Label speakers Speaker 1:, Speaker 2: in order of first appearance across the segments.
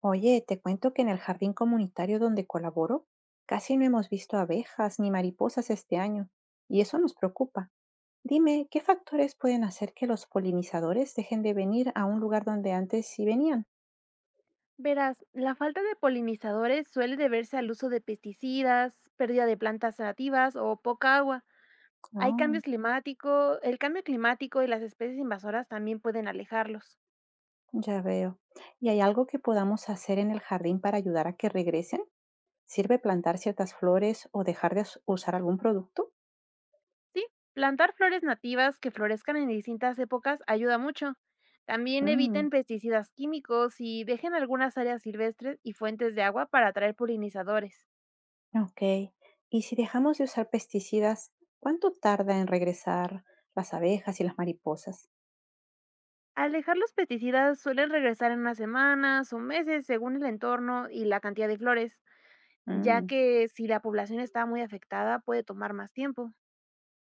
Speaker 1: Oye, te cuento que en el jardín comunitario donde colaboro, casi no hemos visto abejas ni mariposas este año, y eso nos preocupa. Dime, ¿qué factores pueden hacer que los polinizadores dejen de venir a un lugar donde antes sí venían?
Speaker 2: Verás, la falta de polinizadores suele deberse al uso de pesticidas, pérdida de plantas nativas o poca agua. Hay
Speaker 1: Oh,
Speaker 2: cambios climáticos, el cambio climático y las especies invasoras también pueden alejarlos.
Speaker 1: ya veo. ¿Y hay algo que podamos hacer en el jardín para ayudar a que regresen? ¿Sirve plantar ciertas flores o dejar de usar algún producto?
Speaker 2: Sí, plantar flores nativas que florezcan en distintas épocas ayuda mucho. También eviten
Speaker 1: Mm.
Speaker 2: pesticidas químicos y dejen algunas áreas silvestres y fuentes de agua para atraer polinizadores.
Speaker 1: Ok. Y si dejamos de usar pesticidas, ¿cuánto tarda en regresar las abejas y las mariposas?
Speaker 2: Alejar los pesticidas suelen regresar en unas semanas o meses según el entorno y la cantidad de flores. Ya
Speaker 1: Mm,
Speaker 2: que si la población está muy afectada puede tomar más tiempo.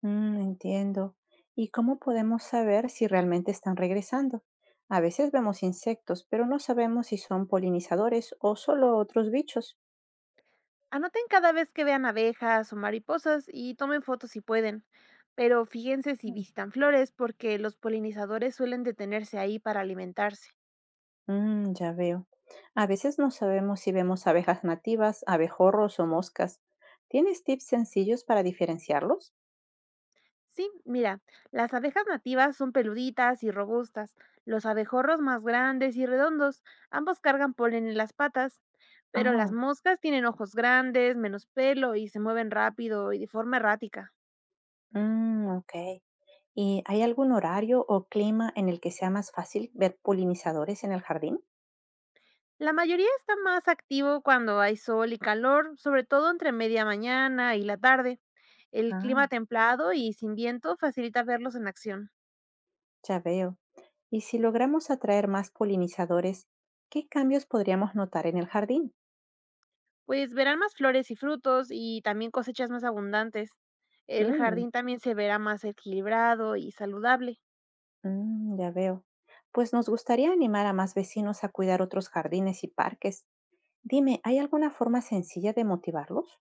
Speaker 1: mm, entiendo. ¿Y cómo podemos saber si realmente están regresando? A veces vemos insectos, pero no sabemos si son polinizadores o solo otros bichos.
Speaker 2: Anoten cada vez que vean abejas o mariposas y tomen fotos si pueden, pero fíjense si
Speaker 1: Mm,
Speaker 2: visitan flores porque los polinizadores suelen detenerse ahí para alimentarse.
Speaker 1: mm, ya veo. A veces no sabemos si vemos abejas nativas, abejorros o moscas. ¿Tienes tips sencillos para diferenciarlos?
Speaker 2: Sí, mira, las abejas nativas son peluditas y robustas, los abejorros más grandes y redondos, ambos cargan polen en las patas, pero las
Speaker 1: Ah,
Speaker 2: moscas tienen ojos grandes, menos pelo y se mueven rápido y de forma errática.
Speaker 1: mm, ok. ¿Y hay algún horario o clima en el que sea más fácil ver polinizadores en el jardín?
Speaker 2: La mayoría está más activo cuando hay sol y calor, sobre todo entre media mañana y la tarde. El clima
Speaker 1: Ah,
Speaker 2: templado y sin viento facilita verlos en acción.
Speaker 1: ya veo. Y si logramos atraer más polinizadores, ¿qué cambios podríamos notar en el jardín?
Speaker 2: Pues verán más flores y frutos y también cosechas más abundantes. El
Speaker 1: Mm,
Speaker 2: jardín también se verá más equilibrado y saludable.
Speaker 1: mm, ya veo. Pues nos gustaría animar a más vecinos a cuidar otros jardines y parques. Dime, ¿hay alguna forma sencilla de motivarlos?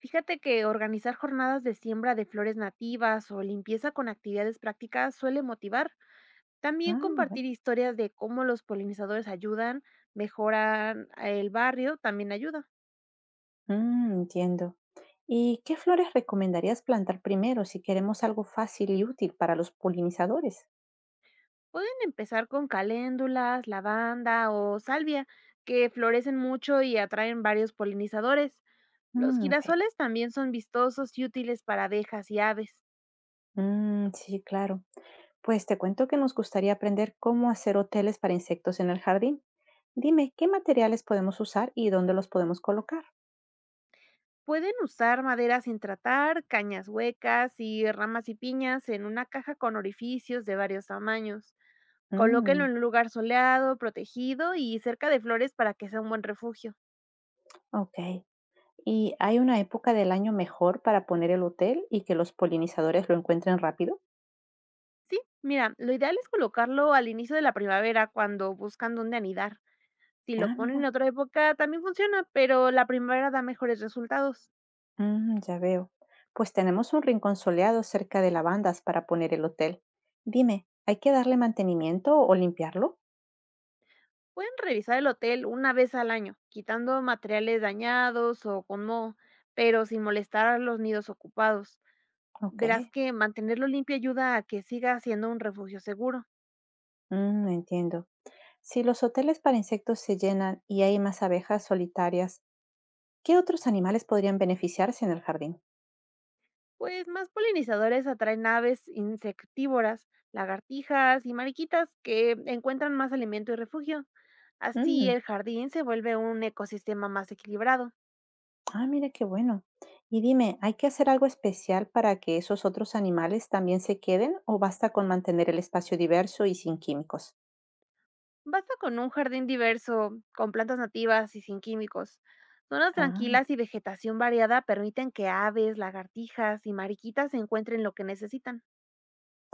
Speaker 2: Fíjate que organizar jornadas de siembra de flores nativas o limpieza con actividades prácticas suele motivar. También
Speaker 1: Ah,
Speaker 2: compartir
Speaker 1: bueno.
Speaker 2: historias de cómo los polinizadores ayudan, mejoran el barrio, también ayuda.
Speaker 1: Mm, entiendo. ¿Y qué flores recomendarías plantar primero si queremos algo fácil y útil para los polinizadores?
Speaker 2: Pueden empezar con caléndulas, lavanda o salvia, que florecen mucho y atraen varios polinizadores. Los
Speaker 1: Mm, ok.
Speaker 2: girasoles también son vistosos y útiles para abejas y aves.
Speaker 1: Mm, sí, claro. Pues te cuento que nos gustaría aprender cómo hacer hoteles para insectos en el jardín. Dime, ¿qué materiales podemos usar y dónde los podemos colocar?
Speaker 2: Pueden usar madera sin tratar, cañas huecas y ramas y piñas en una caja con orificios de varios tamaños. Colóquenlo
Speaker 1: Mm,
Speaker 2: en un lugar soleado, protegido y cerca de flores para que sea un buen refugio.
Speaker 1: ok. ¿Y hay una época del año mejor para poner el hotel y que los polinizadores lo encuentren rápido?
Speaker 2: Sí, mira, lo ideal es colocarlo al inicio de la primavera cuando buscan dónde anidar. Si lo
Speaker 1: Ah,
Speaker 2: ponen en
Speaker 1: mira.
Speaker 2: otra época también funciona, pero la primavera da mejores resultados.
Speaker 1: Mm, ya veo. Pues tenemos un rincón soleado cerca de lavandas para poner el hotel. Dime, ¿hay que darle mantenimiento o limpiarlo?
Speaker 2: Pueden revisar el hotel una vez al año, quitando materiales dañados o con moho, pero sin molestar a los nidos ocupados.
Speaker 1: Ok.
Speaker 2: Verás que mantenerlo limpio ayuda a que siga siendo un refugio seguro.
Speaker 1: Mm, entiendo. Si los hoteles para insectos se llenan y hay más abejas solitarias, ¿qué otros animales podrían beneficiarse en el jardín?
Speaker 2: Pues más polinizadores atraen aves insectívoras, lagartijas y mariquitas que encuentran más alimento y refugio. Así
Speaker 1: Mm.
Speaker 2: el jardín se vuelve un ecosistema más equilibrado.
Speaker 1: Ah, mira qué bueno. Y dime, ¿hay que hacer algo especial para que esos otros animales también se queden o basta con mantener el espacio diverso y sin químicos?
Speaker 2: Basta con un jardín diverso, con plantas nativas y sin químicos. Zonas
Speaker 1: Ah,
Speaker 2: tranquilas y vegetación variada permiten que aves, lagartijas y mariquitas encuentren lo que necesitan.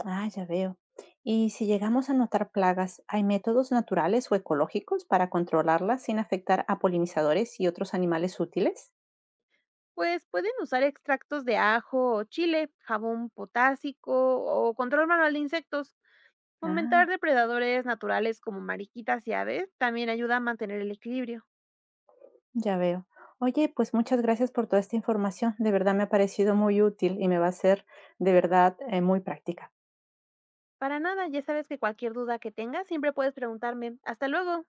Speaker 1: ah, ya veo. Y si llegamos a notar plagas, ¿hay métodos naturales o ecológicos para controlarlas sin afectar a polinizadores y otros animales útiles?
Speaker 2: Pues pueden usar extractos de ajo o chile, jabón potásico o control manual de insectos. Fomentar
Speaker 1: Ah.
Speaker 2: depredadores naturales como mariquitas y aves también ayuda a mantener el equilibrio.
Speaker 1: Ya veo. Oye, pues muchas gracias por toda esta información. De verdad me ha parecido muy útil y me va a ser de verdad muy práctica.
Speaker 2: Para nada, ya sabes que cualquier duda que tengas siempre puedes preguntarme. Hasta luego.